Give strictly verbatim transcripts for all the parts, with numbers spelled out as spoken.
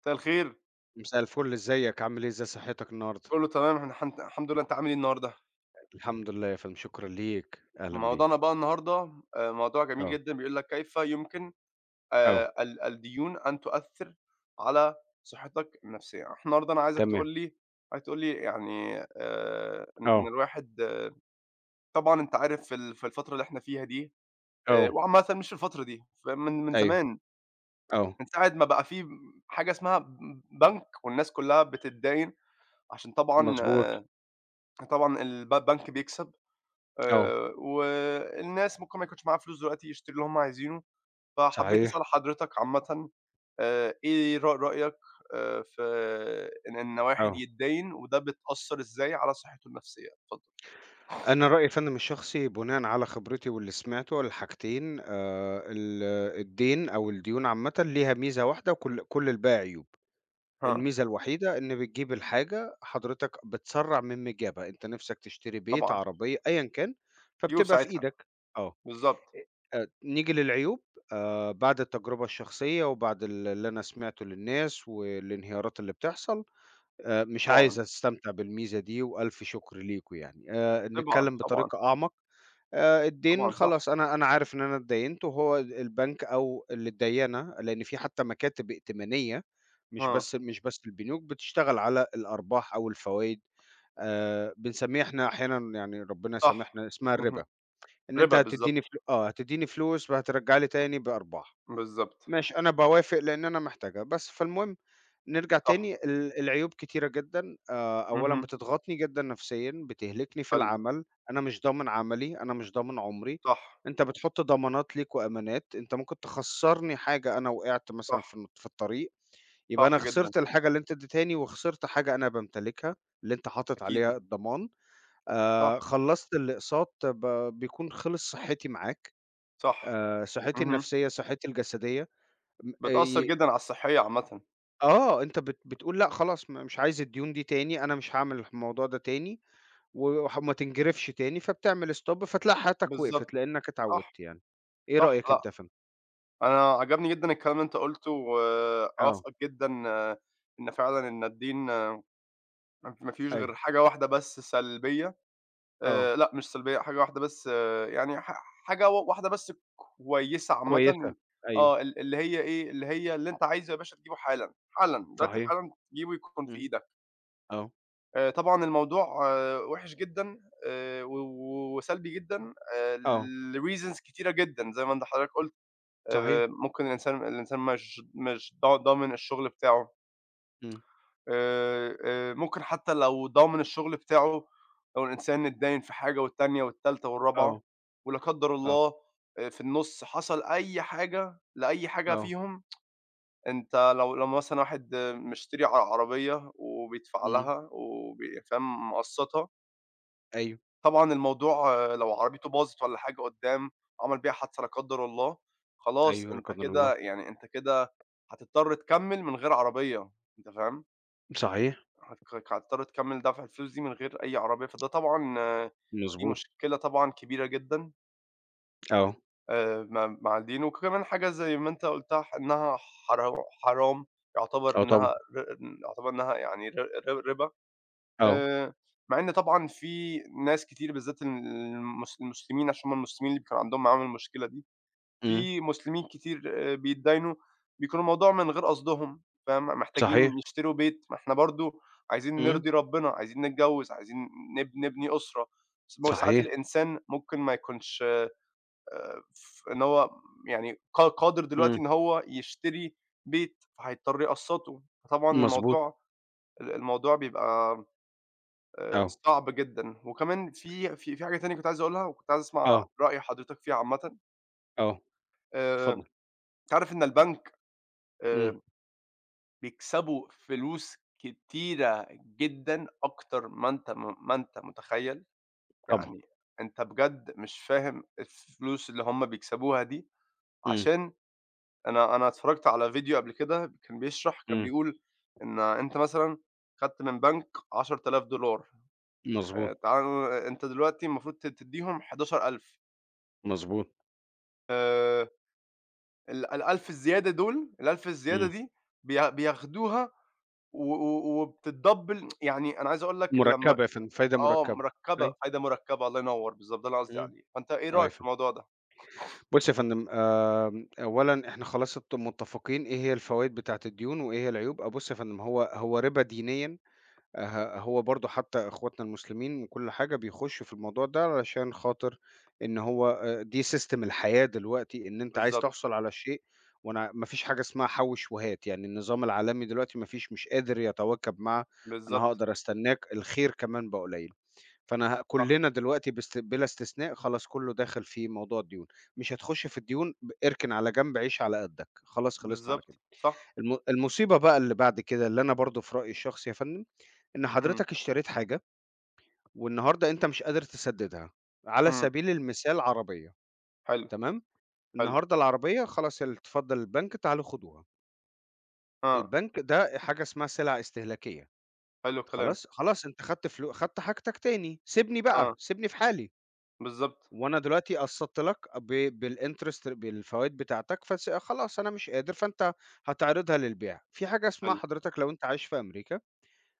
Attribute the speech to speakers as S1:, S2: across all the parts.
S1: مساء الخير.
S2: مساء الفل، إزيك عامل إيه، إزاي صحتك النهارده؟
S1: كله تمام، إحنا حن الحمد لله. أنت عامل إيه النهارده؟
S2: الحمد لله يا فندم، شكرًا ليك، أهلًا
S1: موضوعنا
S2: بيك.
S1: بقى النهارده آآ موضوع جميل
S2: آه،
S1: جدًا، بيقول لك كيف يمكن
S2: آه،
S1: آآ ال الديون أن تؤثر على صحتك النفسية؟ إحنا النهارده أنا عايزك
S2: تمام،
S1: تقول لي، عايزك تقول لي يعني آآ إن إن
S2: آه،
S1: الواحد آه، طبعًا أنت عارف في ال في الفترة اللي إحنا فيها دي، آآ
S2: آه،
S1: وعامةً مش في الفترة دي، فمن من من
S2: أيوه،
S1: زمان،
S2: آه،
S1: من ساعة ما بقى في حاجة اسمها ب بنك، والناس كلها بتتداين عشان طبعًا،
S2: مضبوط،
S1: طبعًا الب بنك بيكسب.
S2: آه،
S1: آآ والناس ممكن ما يكونش معاها فلوس دلوقتي يشتروا اللي هم عايزينه. فحبيت أسأل
S2: صحيح،
S1: حضرتك عامةً آآ إيه رأ رأيك آآ في إن إن واحد
S2: آه.
S1: يتداين، وده بتأثّر إزاي على صحته النفسية؟ اتفضل.
S2: أنا رأيي يا فندم الشخصي بناءً على خبرتي واللي سمعته الحاجتين، آآ، ال الدين أو الديون عامةً ليها ميزة واحدة وكل كل الباقي عيوب.
S1: ها،
S2: الميزة الوحيدة إن بتجيب الحاجة، حضرتك بتسرّع من إجابة، أنت نِفْسك تشتري بيت،
S1: طبعًا،
S2: عربية، أيًا كان،
S1: ييو في
S2: فبتبقى في
S1: ساعتها،
S2: إيدك. آه.
S1: بالضبط،
S2: آآ نيجي للعيوب، آآ بعد التجربة الشخصية وبعد ال اللي أنا سمعته للناس والانهيارات اللي بتحصل. آآ مش
S1: طبعًا،
S2: عايز أستمتع بالميزة دي وألف شكر ليكم يعني. آآ
S1: طبعًا،
S2: نتكلم
S1: طبعًا،
S2: بطريقة أعمق. آآ الدين
S1: طبعًا، صح،
S2: خلاص أنا أنا عارف إن أنا اتديّنت وهو ال البنك أو اللي اتديّنة، لإن في حتى مكاتب ائتمانية. مش
S1: ها،
S2: بس مش بس البنوك بتشتغل على الأرباح أو الفوايد. آآ بنسميها إحنا أحيانًا، يعني ربنا
S1: صح،
S2: يسامحنا، اسمها
S1: اهم،
S2: الربا. إن أنت
S1: ربا
S2: هتدّيني
S1: بالضبط،
S2: فل آه، هتدّيني فلوس وهترجّع لي تاني بأرباح.
S1: بالضبط،
S2: ماشي، أنا باوافق لإن أنا محتاجها، بس فالمهم نرجع
S1: صح،
S2: تاني، ال العيوب كتيرة جدًا. آآ، أولًا
S1: اهم،
S2: بتضغطني جدًا نفسيًا، بتهلكني في
S1: حلو،
S2: العمل، أنا مش ضامن عملي، أنا مش ضامن عمري.
S1: صح،
S2: أنت بتحط ضمانات ليك وأمانات، أنت ممكن تخسّرني حاجة، أنا وقعت مثلًا في
S1: صح،
S2: الن في الطريق، يبقى أنا
S1: صح جدًا،
S2: خسرت الحاجة اللي أنت ادّيتهاني وخسرت حاجة أنا بامتلكها، اللي أنت حاطط
S1: أكيد،
S2: عليها الضمان.
S1: صح،
S2: آآ، خلّصت اللي أقساط ب بيكون خلص صحّتي معاك.
S1: صح،
S2: آآ صحّتي
S1: اهم،
S2: النفسية، صحّتي الجسدية، م آآ
S1: بتأثّر
S2: ي
S1: جدًا على الصحية عامةً،
S2: آه. أنت بت بتقول لأ، خلاص م مش عايز الديون دي تاني، أنا مش هاعمل الموضوع ده تاني، وح وما تنجرفش تاني، فبتعمل stop فتلاقي حياتك وقفت
S1: بالضبط.
S2: لإنك
S1: صح،
S2: اتعودت يعني. إيه
S1: صح،
S2: رأيك أنت
S1: لأ،
S2: يا فندم؟
S1: أنا عجبني جدًا الكلام اللي أنت قُلته،
S2: آه،
S1: وأوافقك جدًا آه، إن فعلًا إن الدين ما ما فيهوش
S2: أيوه،
S1: غير حاجة واحدة بس سلبية،
S2: آه،
S1: آآ، لأ مش سلبية، حاجة واحدة بس آه، يعني ح حاجة و واحدة بس كويسة
S2: كويسة،
S1: عامةً،
S2: أيوه،
S1: آه، ال اللي هي إيه، اللي هي اللي أنت عايزه يا باشا تجيبه حالًا، حالًا، دلوقتي
S2: صحيح،
S1: حالًا تجيبه يكون في
S2: إمم،
S1: إيدك.
S2: آه،
S1: آآ، طبعًا الموضوع آه، وِحِش جدًا، آآ، و و وسلبي جدًا، آآ،
S2: آه،
S1: لreasons كتيرة جدًا زي ما أنت حضرتك قُلت. آآ
S2: صحيح،
S1: ممكن الإنسان الإنسان مش مش ضا ضامن الشغل بتاعه.
S2: إمم،
S1: آآ آآ ممكن حتى لو ضامن الشغل بتاعه، لو الإنسان اتداين في حاجة والتانية والتالتة والرابعة،
S2: آه،
S1: ولا قدّر
S2: آه،
S1: الله آآ في النُص حصل أي حاجة لأي حاجة
S2: آه،
S1: فيهم. أنت لو لو مثلًا واحد آه، مشتري ع عربية وبيدفع
S2: إمم،
S1: لها، وب فاهم، مقسّطها.
S2: أيوه،
S1: طبعًا الموضوع آه، لو عربيته باظت والّا حاجة قدّام، عمل بيها حادثة لا قدّر الله، خلاص
S2: أيوه، لا
S1: أنت
S2: قدر الله،
S1: كده، يعني أنت كده هتضطر تكمّل من غير عربية. أنت فاهم؟
S2: صحيح،
S1: هتك هتضطر تكمّل دفع الفلوس دي من غير أي عربية. فده طبعًا آه، دي
S2: مضبوط،
S1: مشكلة طبعًا كبيرة جدًا،
S2: آه،
S1: آآ، مع مع الدين. وكمان حاجة زي ما أنت قُلتها، ح إنها حرا حرام، يعتبر
S2: آه طبعًا،
S1: إنها ر يعتبر إنها يعني ر ر رِبا.
S2: آه،
S1: آآ، مع إن طبعًا في ناس كتير، بالذات المس المسلمين، عشان هُم المسلمين اللي كان عندهم معاهم المشكلة دي.
S2: إمم،
S1: في مسلمين كتير آه، بيتداينوا. بيكون الموضوع من غير قصدهم، فاهم،
S2: صحيح،
S1: محتاجين يشتروا بيت، ما إحنا برضه عايزين
S2: إمم،
S1: نرضي ربنا، عايزين نتجوّز، عايزين نب نبني أسرة. س ما هو ساعات
S2: صحيح،
S1: الإنسان ممكن ما يكونش آآ، ف إن هو يعني ق قادر
S2: إمم.
S1: دلوقتي إن هو يشتري بيت، فهيضطر يقسّطه. فطبعًا
S2: مضبوط،
S1: الموضوع، ال الموضوع بيبقى آآ
S2: آه،
S1: صعب جدًا. وكمان في في في حاجة تانية كنت عايز أقولها، وكنت عايز أسمع
S2: آه،
S1: رأي حضرتك فيها عامةً.
S2: آه،
S1: آآ
S2: اتفضل،
S1: أنت عارف إن البنك
S2: إمم،
S1: آآ بيكسبوا فلوس كتيرة جدًا أكتر ما أنت م ما أنت متخيّل.
S2: طبعًا،
S1: يعني أنت بجد مش فاهم الفلوس اللي هُم بيكسبوها دي.
S2: إمم،
S1: عشان أنا أنا اتفرّجت على فيديو قبل كده كان بيشرح، كان
S2: إمم،
S1: بيقول إن أنت مثلًا خدت من بنك عشرة آلاف دولار.
S2: مضبوط،
S1: آآ تعال، أنت دلوقتي المفروض ت تدّيهم حداشر ألف دولار.
S2: مضبوط،
S1: آآ ال ال1000 الزيادة دول، ال1000 الزيادة
S2: إمم،
S1: دي بي بياخدوها و و وبتتدبّل. يعني أنا عايز أقول لك لمّا
S2: مركّبة يا فندم، فايدة
S1: آه،
S2: مركّبة،
S1: مركّبة،
S2: أيوه،
S1: فايدة مركّبة، الله ينوّر، بالضبط، ده اللي قصدي
S2: إمم،
S1: عليه. فأنت إيه
S2: آه يا
S1: رأيك في
S2: فندم.
S1: الموضوع ده؟
S2: بُص يا فندم، آمم، أولًا إحنا خلاص ات متفقين إيه هي الفوايد بتاعة الديون وإيه هي العيوب. أ بُص يا فندم، هو هو رِبا دينيًا. ه هو برضه حتى إخواتنا المسلمين وكل حاجة بيخشوا في الموضوع ده علشان خاطر إن هو، آآ دي system الحياة دلوقتي، إن أنت عايز
S1: بالضبط،
S2: تحصل على شيء، وأنا ما فيش حاجة اسمها حوِّش وهات، يعني النظام العالمي دلوقتي ما فيش، مش قادر يتواكب مع أنا
S1: بالضبط،
S2: هاقدر أستناك، الخير كمان بقى قليل. فأنا ه
S1: صح،
S2: كلنا دلوقتي باست بلا استثناء، خلاص كله داخل في موضوع الديون. مش هتخش في الديون، ب اركن على جنب، عيش على قدك، خلاص خلصنا على كده.
S1: بالضبط، صح،
S2: الم المصيبة بقى اللي بعد كده، اللي أنا برضه في رأيي الشخصي يا فندم، إن
S1: إمم،
S2: حضرتك اشتريت حاجة والنهارده أنت مش قادر تسدّدها، على
S1: إمم،
S2: سبيل المثال عربية،
S1: حلو،
S2: تمام.
S1: حلو،
S2: النهارده العربية خلاص، ال اتفضل البنك تعالوا خدوها.
S1: آه،
S2: البنك ده حاجة اسمها سلع استهلاكية،
S1: حلو الكلام،
S2: خلاص، خلاص أنت خدت فلو خدت حاجتك تاني، سيبني بقى،
S1: آه،
S2: سيبني في حالي،
S1: بالضبط،
S2: وأنا دلوقتي قسطت لك، ب بالinterest بالفوايد بتاعتك، فس خلاص أنا مش قادر، فأنت هتعرضها للبيع. في حاجة اسمها،
S1: حلو،
S2: حضرتك لو أنت عايش في أمريكا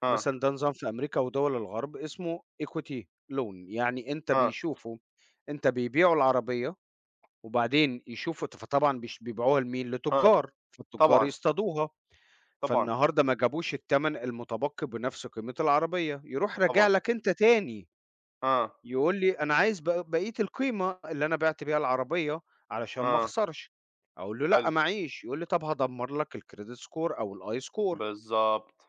S1: آه،
S2: مثلًا، ده نظام في أمريكا ودول الغرب اسمه equity loan، يعني أنت
S1: آه،
S2: بيشوفوا أنت بيبيعوا العربية وبعدين يشوفوا ت فطبعًا بيش بيبيعوها لمين،
S1: آه،
S2: لتُجّار، فالتُجّار
S1: طبعًا،
S2: يصطادوها.
S1: طبعًا،
S2: فالنهارده ما جابوش التمن المتبقي بنفس قيمة العربية، يروح راجع
S1: طبعًا،
S2: لك أنت تاني
S1: آه،
S2: يقول لي أنا عايز بق بقية القيمة اللي أنا بِعت بيها العربية علشان ما
S1: آه،
S2: أخسرش، أقول له لأ
S1: حلو،
S2: معيش، يقول لي طب هادمّر لك الcredit score أو الI score.
S1: بالضبط،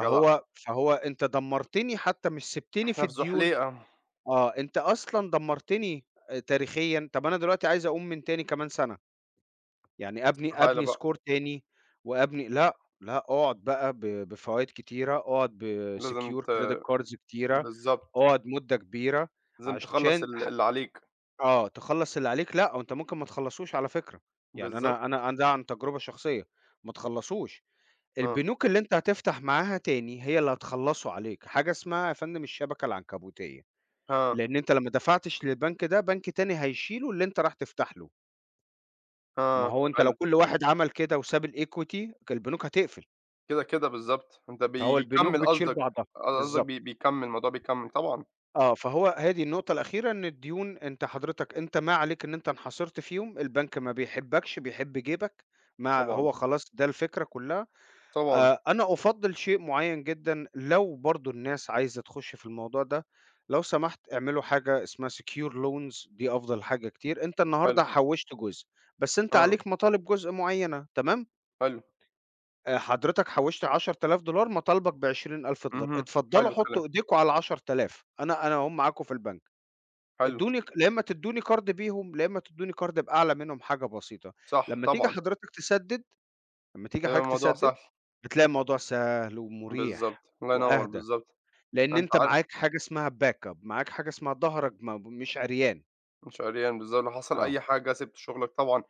S1: جدع،
S2: فهو أنت دمّرتني حتى مش سِبتني في
S1: إحنا في
S2: الديون.
S1: زحليقة،
S2: آه، أنت أصلًا دمّرتني آآ تاريخيًا. طَب أنا دلوقتي عايز أقوم من تاني كمان سَنة، يعني أبني
S1: تعالَ
S2: أبني
S1: بقى،
S2: score تاني وأبني، لأ، لأ، اقعد بقى ب بفوايد كتيرة، اقعد
S1: لازم
S2: بsecure
S1: ت
S2: credit cards كتيرة،
S1: بالضبط،
S2: اقعد مدة كبيرة
S1: لازم تخلّص
S2: عشان
S1: ال
S2: ح
S1: اللي عليك،
S2: آه، تخلّص اللي عليك، لأ، وأنت ممكن ما تخلّصوش على فكرة، يعني
S1: بالضبط،
S2: أنا أنا أنا ده عن تجربة شخصية، ما تخلّصوش.
S1: آه،
S2: البنوك اللي أنت هتفتح معاها تاني هي اللي هتخلّصوا عليك، حاجة اسمها يا فندم الشبكة العنكبوتية،
S1: آه،
S2: لإن أنت لو ما دفعتش للبنك ده، بنك تاني هيشيله اللي أنت رايح تفتح له، ما
S1: آه،
S2: هو أنت لو
S1: حلو،
S2: كل واحد عمل كده وساب الequity ك البنوك هتقفل،
S1: كده، كده بالضبط، أنت
S2: فهو البنوك
S1: بيكمّل
S2: بتشيل
S1: قصدك،
S2: بعضها،
S1: ق قصدك
S2: بالضبط.
S1: بي بيكمّل الموضوع بيكمّل، طبعًا،
S2: آه، فهو هي دي النقطة الأخيرة، إن الديون أنت حضرتك، أنت ما عليك إن أنت انحصرت فيهم، البنك ما بيحبكش، بيحب جيبك، ما
S1: طبعًا،
S2: هو خلاص ده الفكرة كلها.
S1: طبعًا،
S2: آآ أنا أُفضّل شيء معيّن جدًا، لو برضه الناس عايزة تخُش في الموضوع ده، لو سمحت اعملوا حاجة اسمها secure loans، دي أفضل حاجة كتير. أنت
S1: حلو،
S2: النهارده حوّشت جزء، بس أنت
S1: آه،
S2: عليك مطالب جزء معيّنة، تمام؟
S1: حلو،
S2: آآ حضرتك حوّشت عشرة آلاف$، مطالبك ب20.000$،
S1: اهم،
S2: اتفضّلوا
S1: حلو
S2: حُطّوا
S1: الكلام،
S2: إيديكم على ال10.000، أنا أنا أهُم معاكم في البنك،
S1: حلو،
S2: ادّوني ك لا إمّا تدّوني كارد بيهم، لا إمّا تدّوني كارد بأعلى منهم حاجة بسيطة،
S1: صح
S2: لمّا تيجي
S1: طبعًا،
S2: حضرتك تسدّد لمّا تيجي
S1: يبقى
S2: حضرتك
S1: الموضوع
S2: تسدّد
S1: سهل،
S2: بتلاقي الموضوع سهل ومريح
S1: بالضبط، الله ينوّر،
S2: وأهدى،
S1: بالضبط،
S2: لإن
S1: أنت
S2: أنت
S1: عارف،
S2: معاك حاجة اسمها backup، معاك حاجة اسمها ضهرك ما مش عريان.
S1: مش عريان، بالضبط، لو حصل
S2: آه،
S1: أي حاجة سِبت شغلك طبعًا.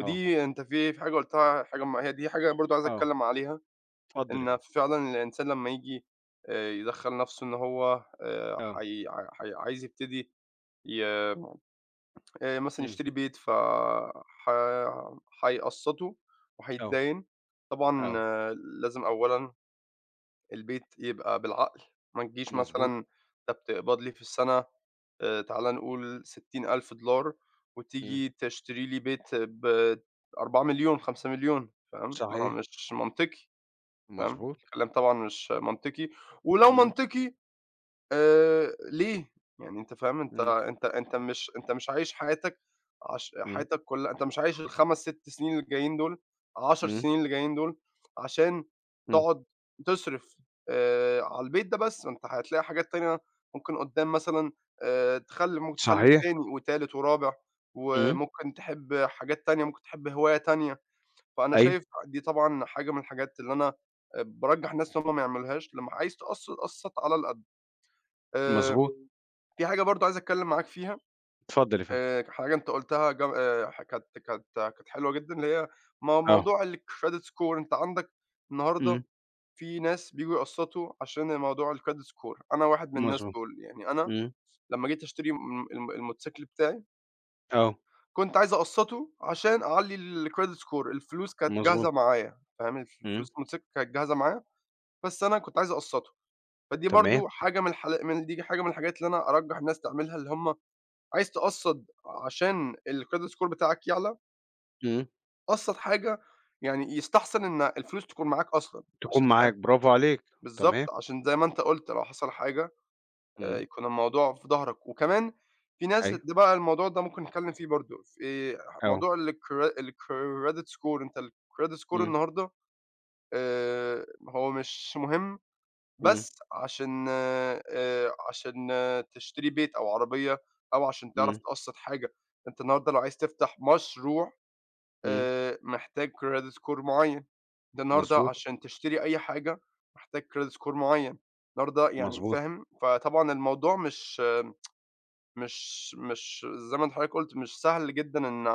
S2: آه،
S1: أنت في في حاجة قُلتها، حاجة م هي دي حاجة برضه عايز
S2: آه،
S1: أتكلّم عليها.
S2: اتفضل يا
S1: إن
S2: فندم.
S1: فعلًا الإنسان لمّا ييجي آآ يدخّل نَفْسه إن هو آآ
S2: آه،
S1: حي حي عايز يبتدي، ي آآ مثلًا
S2: إمم،
S1: يشتري بيت، ف ح هيقسّطه
S2: آه،
S1: وهيتداين. طبعًا
S2: آه،
S1: آه، لازم أولًا البيت يبقى بالعقل. ما تجيش
S2: مضبوط،
S1: مثلًا "طَب تقبض لي في السَنة آآ تعالَ نقول ستين ألف دولار
S2: إمم،
S1: وتيجي تشتري لي بيت ب4.500.000"، فاهم؟ ما هو
S2: صحيح،
S1: مش منطقي. فاهم،
S2: مضبوط،
S1: الكلام طبعًا مش منطقي. ولو
S2: إمم،
S1: منطقي آآ ليه؟ يعني أنت فاهم، أنت
S2: إمم،
S1: أنت أنت مش، أنت مش عايش حياتك. عش
S2: إمم،
S1: حياتك كلها، أنت مش عايش الخمس، ست سنين اللي جايين دول، عشر
S2: إمم،
S1: سنين اللي جايين دول، عشان
S2: إمم،
S1: تقعد تصرف آآ على البيت ده بس. ما أنت هتلاقي حاجات تانية ممكن قدّام مثلًا آآ تخلّف، ممكن تخلّف
S2: صحيح،
S1: تاني، وتالت، ورابع،
S2: إمم،
S1: وممكن تحب حاجات تانية، ممكن تحب هواية تانية. فأنا
S2: أيوه،
S1: شايف دي طبعًا حاجة من الحاجات اللي أنا آآ بارجّح الناس إن هم ما يعملوهاش. لمّا عايز تقسّط، قسّط على القد. آآ
S2: مضبوط،
S1: في حاجة برضه عايز أتكلّم معاك فيها.
S2: اتفضل يا فندم.
S1: آآ حاجة أنت قُلتها ج آآ ح كانت كانت كانت حلوة جدًا، اللي هي مو
S2: آه،
S1: موضوع الcredit score. أنت عندك النهارده
S2: إمم،
S1: في ناس بييجوا يقسّطوا عشان موضوع الcredit score. أنا واحد من الناس
S2: مضبوط،
S1: دول. يعني أنا
S2: إمم،
S1: لمّا جيت أشتري، م الم الموتوسيكل بتاعي،
S2: آه،
S1: كنت عايز أقسّطه عشان أعلّي الcredit score. الفلوس كانت
S2: مضبوط،
S1: جاهزة معايا، فاهم؟ الف
S2: إمم،
S1: فلوس الموتوسيكل كانت جاهزة معايا، بس أنا كنت عايز أقسّطه. فدي
S2: تمام،
S1: برضه حاجة من الحالا من دي حاجة من الحاجات اللي أنا أرجّح الناس تعملها. اللي هم عايز تقسّط عشان الcredit score بتاعك يعلى،
S2: إمم،
S1: قسّط حاجة، يعني يستحسن إن الفلوس تكون معاك أصلًا.
S2: تكون
S1: عشان فاهم،
S2: معاك برافو عليك، تمام،
S1: بالضبط، عشان زي ما أنت قُلت لو حصل حاجة آآ،
S2: إمم،
S1: يكون الموضوع في ضهرك. وكمان في ناس،
S2: أيوه،
S1: ده بقى الموضوع ده ممكن نتكلّم فيه برضه، في
S2: آه،
S1: موضوع الcre الcredit score. أنت الcredit score
S2: إمم،
S1: النهارده آآ، هو مش مهم
S2: إمم.
S1: بس عشان آآ عشان آه، تشتري بيت أو عربية أو عشان تعرف
S2: إمم،
S1: تقسّط حاجة. أنت النهارده لو عايز تفتح مشروع،
S2: إمم،
S1: آآ محتاج credit score معيّن. أنت النهارده
S2: مضبوط،
S1: عشان تشتري أي حاجة محتاج credit score معيّن، النهارده. يعني
S2: مضبوط،
S1: فاهم؟ فطبعًا الموضوع مش مش مش زي ما أنت حضرتك قُلت، مش سهل جدًا إن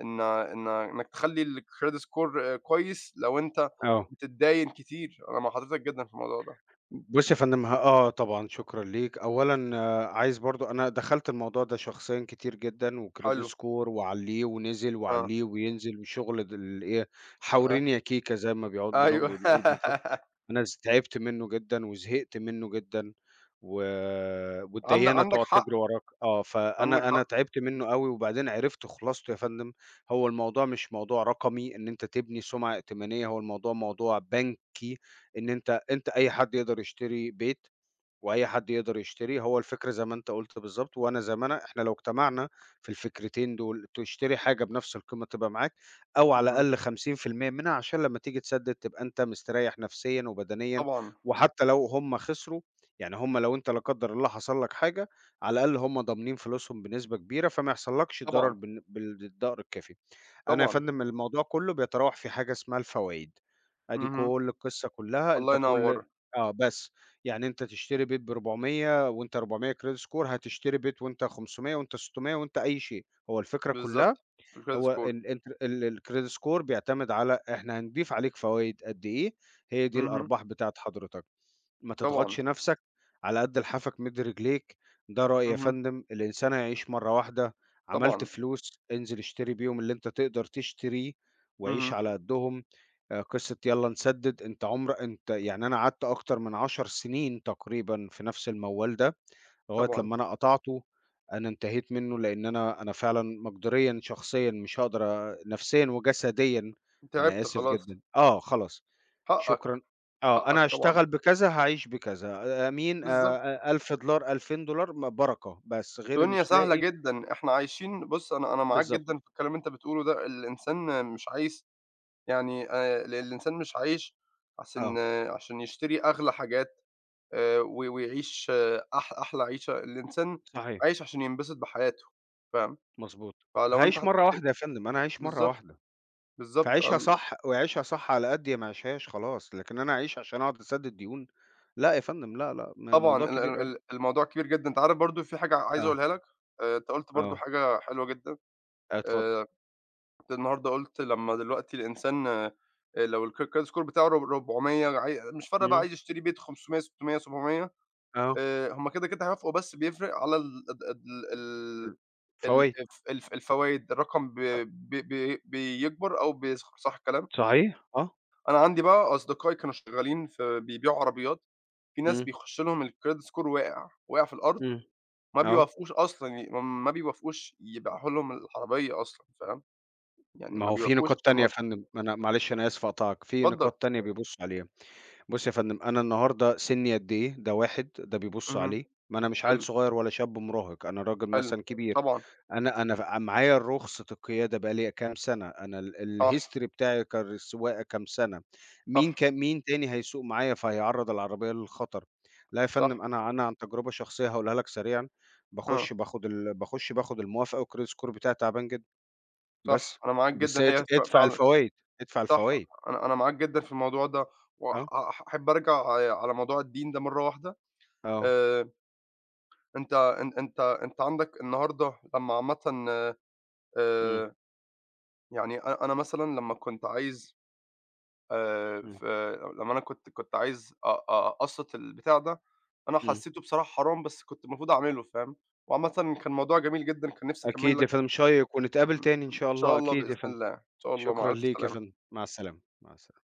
S1: إن إن إنك تخلّي الcredit score كويس لو أنت
S2: آه،
S1: بتتداين كتير. أنا مع حضرتك جدًا في الموضوع ده.
S2: بُص يا فندم ه آه طبعًا شكرًا ليك. أولًا آه، عايز برضه، أنا دخلت الموضوع ده شخصيًا كتير جدًا، وcredit
S1: حلو،
S2: score وعلّيه ونزل
S1: آه.
S2: وعلّيه وينزل وشغل د الإيه، حاوريني يا كيكة زي ما بيقعد،
S1: أيوه.
S2: بنقول بنقول بالضبط. أنا ز تعبت منّه جدًا وزهقت منّه جدًا و
S1: عند
S2: والديّانة
S1: عندك
S2: تقعد
S1: حق،
S2: تجري وراك، آه،
S1: عندك
S2: فأنا أنا
S1: حق.
S2: تعبت منّه أوي وبعدين عرفت خلاصته يا فندم. هو الموضوع مش موضوع رقمي، إن أنت تبني سُمعة ائتمانية، هو الموضوع موضوع بنكي، إن أنت، أنت أي حد يقدر يشتري بيت وأي حد يقدر يشتري، هو الفكرة زي ما أنت قُلت بالضبط، وأنا زي ما أنا، إحنا لو اجتمعنا في الفكرتين دول، تشتري حاجة بنفس القيمة تبقى معاك، أو على
S1: اهم.
S2: الأقل خمسين في المية منها، عشان لمّا تيجي تسدد تبقى أنت مستريّح نفسيًا وبدنيًا،
S1: طبعًا،
S2: وحتى لو هم خسروا، يعني هم لو أنت لا قدر الله حصل لك حاجة، على الأقل هم ضامنين فلوسهم بنسبة كبيرة، فما يحصلكش ضرر
S1: طبعًا،
S2: بالن بالضرر الكافي. أنا يا
S1: طبعًا.
S2: فندم الموضوع كله بيتراوح في حاجة اسمها الفوايد، أدي
S1: اهم.
S2: كل القصة كلها،
S1: الله
S2: أنت كل
S1: ينوّر.
S2: آه بس، يعني أنت تشتري بيت ب400 وأنت أربعمية credit score، هتشتري بيت وأنت خمسمائة وأنت ستمائة وأنت أي شيء، هو الفكرة كلها،
S1: بالضبط. في الcredit
S2: هو
S1: score.
S2: ال أنت ال الcredit score بيعتمد على إحنا هنضيف عليك فوايد قد إيه، هي دي
S1: اهم.
S2: الأرباح بتاعة حضرتك. ما
S1: طبعًا.
S2: تضغطش نفسك، على قد لحافك مد رجليك، ده رأيي يا
S1: اهم.
S2: فندم، الإنسان هيعيش مرّة واحدة، عملت
S1: طبعًا.
S2: فلوس انزل اشتري بيهم اللي أنت تقدر تشتريه وعيش
S1: اهم.
S2: على قدّهم. آآ قصة يالّا نسدد، أنت عمر أنت يعني، أنا قعدت أكتر من عشر سنين تقريبًا في نفس الموال ده، لغاية
S1: طبعًا.
S2: لمّا أنا قطعته، أنا انتهيت منه لإن أنا أنا فعلًا مقدريًا شخصيًا مش هاقدر أ نفسيًا وجسديًا، أنا
S1: تعبت
S2: آسف
S1: خلاص.
S2: جدًا، آه خلاص. شكرًا.
S1: حقك،
S2: آه،
S1: حقك
S2: أنا
S1: طبعًا.
S2: هاشتغل بكذا، هاعيش بكذا، آه، أمين
S1: بالضبط.
S2: آآ، ألف دولار، ألفين دولار، م بركة، بس غيري
S1: الدنيا
S2: مش
S1: سهلة
S2: لاقي
S1: جدًا. إحنا عايشين، بُص، أنا أنا معاك
S2: بالضبط،
S1: جدًا في الكلام اللي أنت بتقوله ده. الإنسان مش عايز يعني آآ ال الإنسان مش عايش عشان،
S2: آه،
S1: عشان يشتري أغلى حاجات. آآ و ويعيش آه، أح أحلى عيشة. الإنسان
S2: صحيح،
S1: عايش عشان ينبسط بحياته، فاهم؟
S2: مضبوط.
S1: فلو أنت
S2: هاعيش مرّة
S1: هتبت
S2: واحدة يا فندم، أنا هاعيش مرّة
S1: بالضبط،
S2: واحدة،
S1: بالضبط
S2: فاعيشها
S1: ال
S2: صح واعيشها صح على قدّي، ما اعيشهاش خلاص، لكن أنا أعيش عشان أقعد أسدد ديون؟ لأ يا فندم، لأ، لأ، م
S1: طبعًا
S2: موضوع
S1: ال ال
S2: كبير أوي.
S1: ال الموضوع كبير جدًا. أنت عارف برضه في حاجة عايز
S2: آه،
S1: أقولها لك. آآ أنت قُلت برضه
S2: آه،
S1: حاجة حلوة جدًا.
S2: اتفضل.
S1: آآ كنت النهارده قُلت لمّا دلوقتي الإنسان آآ لو الك الcredit score بتاعه رب أربعمية، عاي مش فارقة بقى،
S2: إمم،
S1: عايز يشتري بيت خمسمئة، ستمئة، سبعمية.
S2: آه،
S1: آآ هُم كده، كده هيوافقوا بس بيفرق على ال ال ال
S2: ال
S1: ال
S2: فوايد،
S1: الف الف الفوايد، الرقم ب
S2: أ
S1: ب ب بيكبر أو بيصغر. صح الكلام؟
S2: صحيح، آه،
S1: أنا عندي بقى أصدقائي كانوا شغالين في بيبيعوا عربيات. في ناس
S2: إمم،
S1: بيخش لهم الcredit score واقع، واقع في الأرض،
S2: إمم،
S1: ما
S2: آه.
S1: بيوافقوش أصلًا، ي ما ما بيوافقوش يبيعوا لهم العربية أصلًا، فاهم؟ يعني
S2: ما
S1: ما
S2: هو في
S1: بيوافقوش
S2: نقاط
S1: عشان
S2: تانية يا
S1: الموضوع.
S2: فندم، ما أنا معلش أنا آسف أقاطعك، في
S1: اتفضل.
S2: نقاط تانية بيبُصّوا عليها. بُص يا فندم، أنا النهارده سِنّي قد إيه، ده واحد، ده بيبُصّوا
S1: اهم.
S2: عليه، ما أنا مش عيل
S1: حلو،
S2: صغير ولا شاب مراهق، أنا راجل
S1: حلو.
S2: مثلًا كبير.
S1: طبعًا.
S2: أنا أنا ف معايا رخصة القيادة بقى ليّا كام سَنة، أنا ال
S1: صح،
S2: الhistory بتاعي كر السواقة كام سَنة. مين ك
S1: صح،
S2: مين تاني هيسوق معايا فهيعرّض العربية للخطر؟ لا يا فندم،
S1: صح،
S2: أنا أنا عن تجربة شخصية هاقولها لك سريعًا.
S1: آه،
S2: باخُش باخد ال باخُش باخد الموافقة، وcredit score بتاعي تعبان جدًا، بس.
S1: صح. أنا معاك
S2: بس،
S1: جدًا،
S2: اد
S1: هي ف
S2: ادفع
S1: فعلًا
S2: الفوايد، ادفع
S1: صح.
S2: الفوايد،
S1: أنا أنا معاك جدًا في الموضوع ده. وأح
S2: آه،
S1: أح أحب أرجع على موضوع الدين ده مرة واحدة.
S2: آه،
S1: آآ أنت أن أنت أنت عندك النهارده لمّا عامةً
S2: إمم،
S1: آآ يعني أ أنا مثلًا لمّا كنت عايز آآ
S2: إمم،
S1: ف لمّا أنا كنت كنت عايز أ أ- أقسّط البتاع ده، أنا
S2: إمم،
S1: حسّيته بصراحة حرام، بس كنت المفروض أعمله، فاهم؟ وعامةً كان موضوع جميل جدًا. كان نِفْسي أكمّل
S2: أكيد يا
S1: لك.
S2: فندم، شايق ونتقابل تاني إن
S1: إن
S2: شاء
S1: شاء
S2: الله،
S1: الله،
S2: أكيد يا
S1: بإذن
S2: فندم.
S1: الله، إن شاء الله مع
S2: شكرًا
S1: ألْف
S2: ليك يا فندم،
S1: سلامة.
S2: مع السلامة، مع السلامة.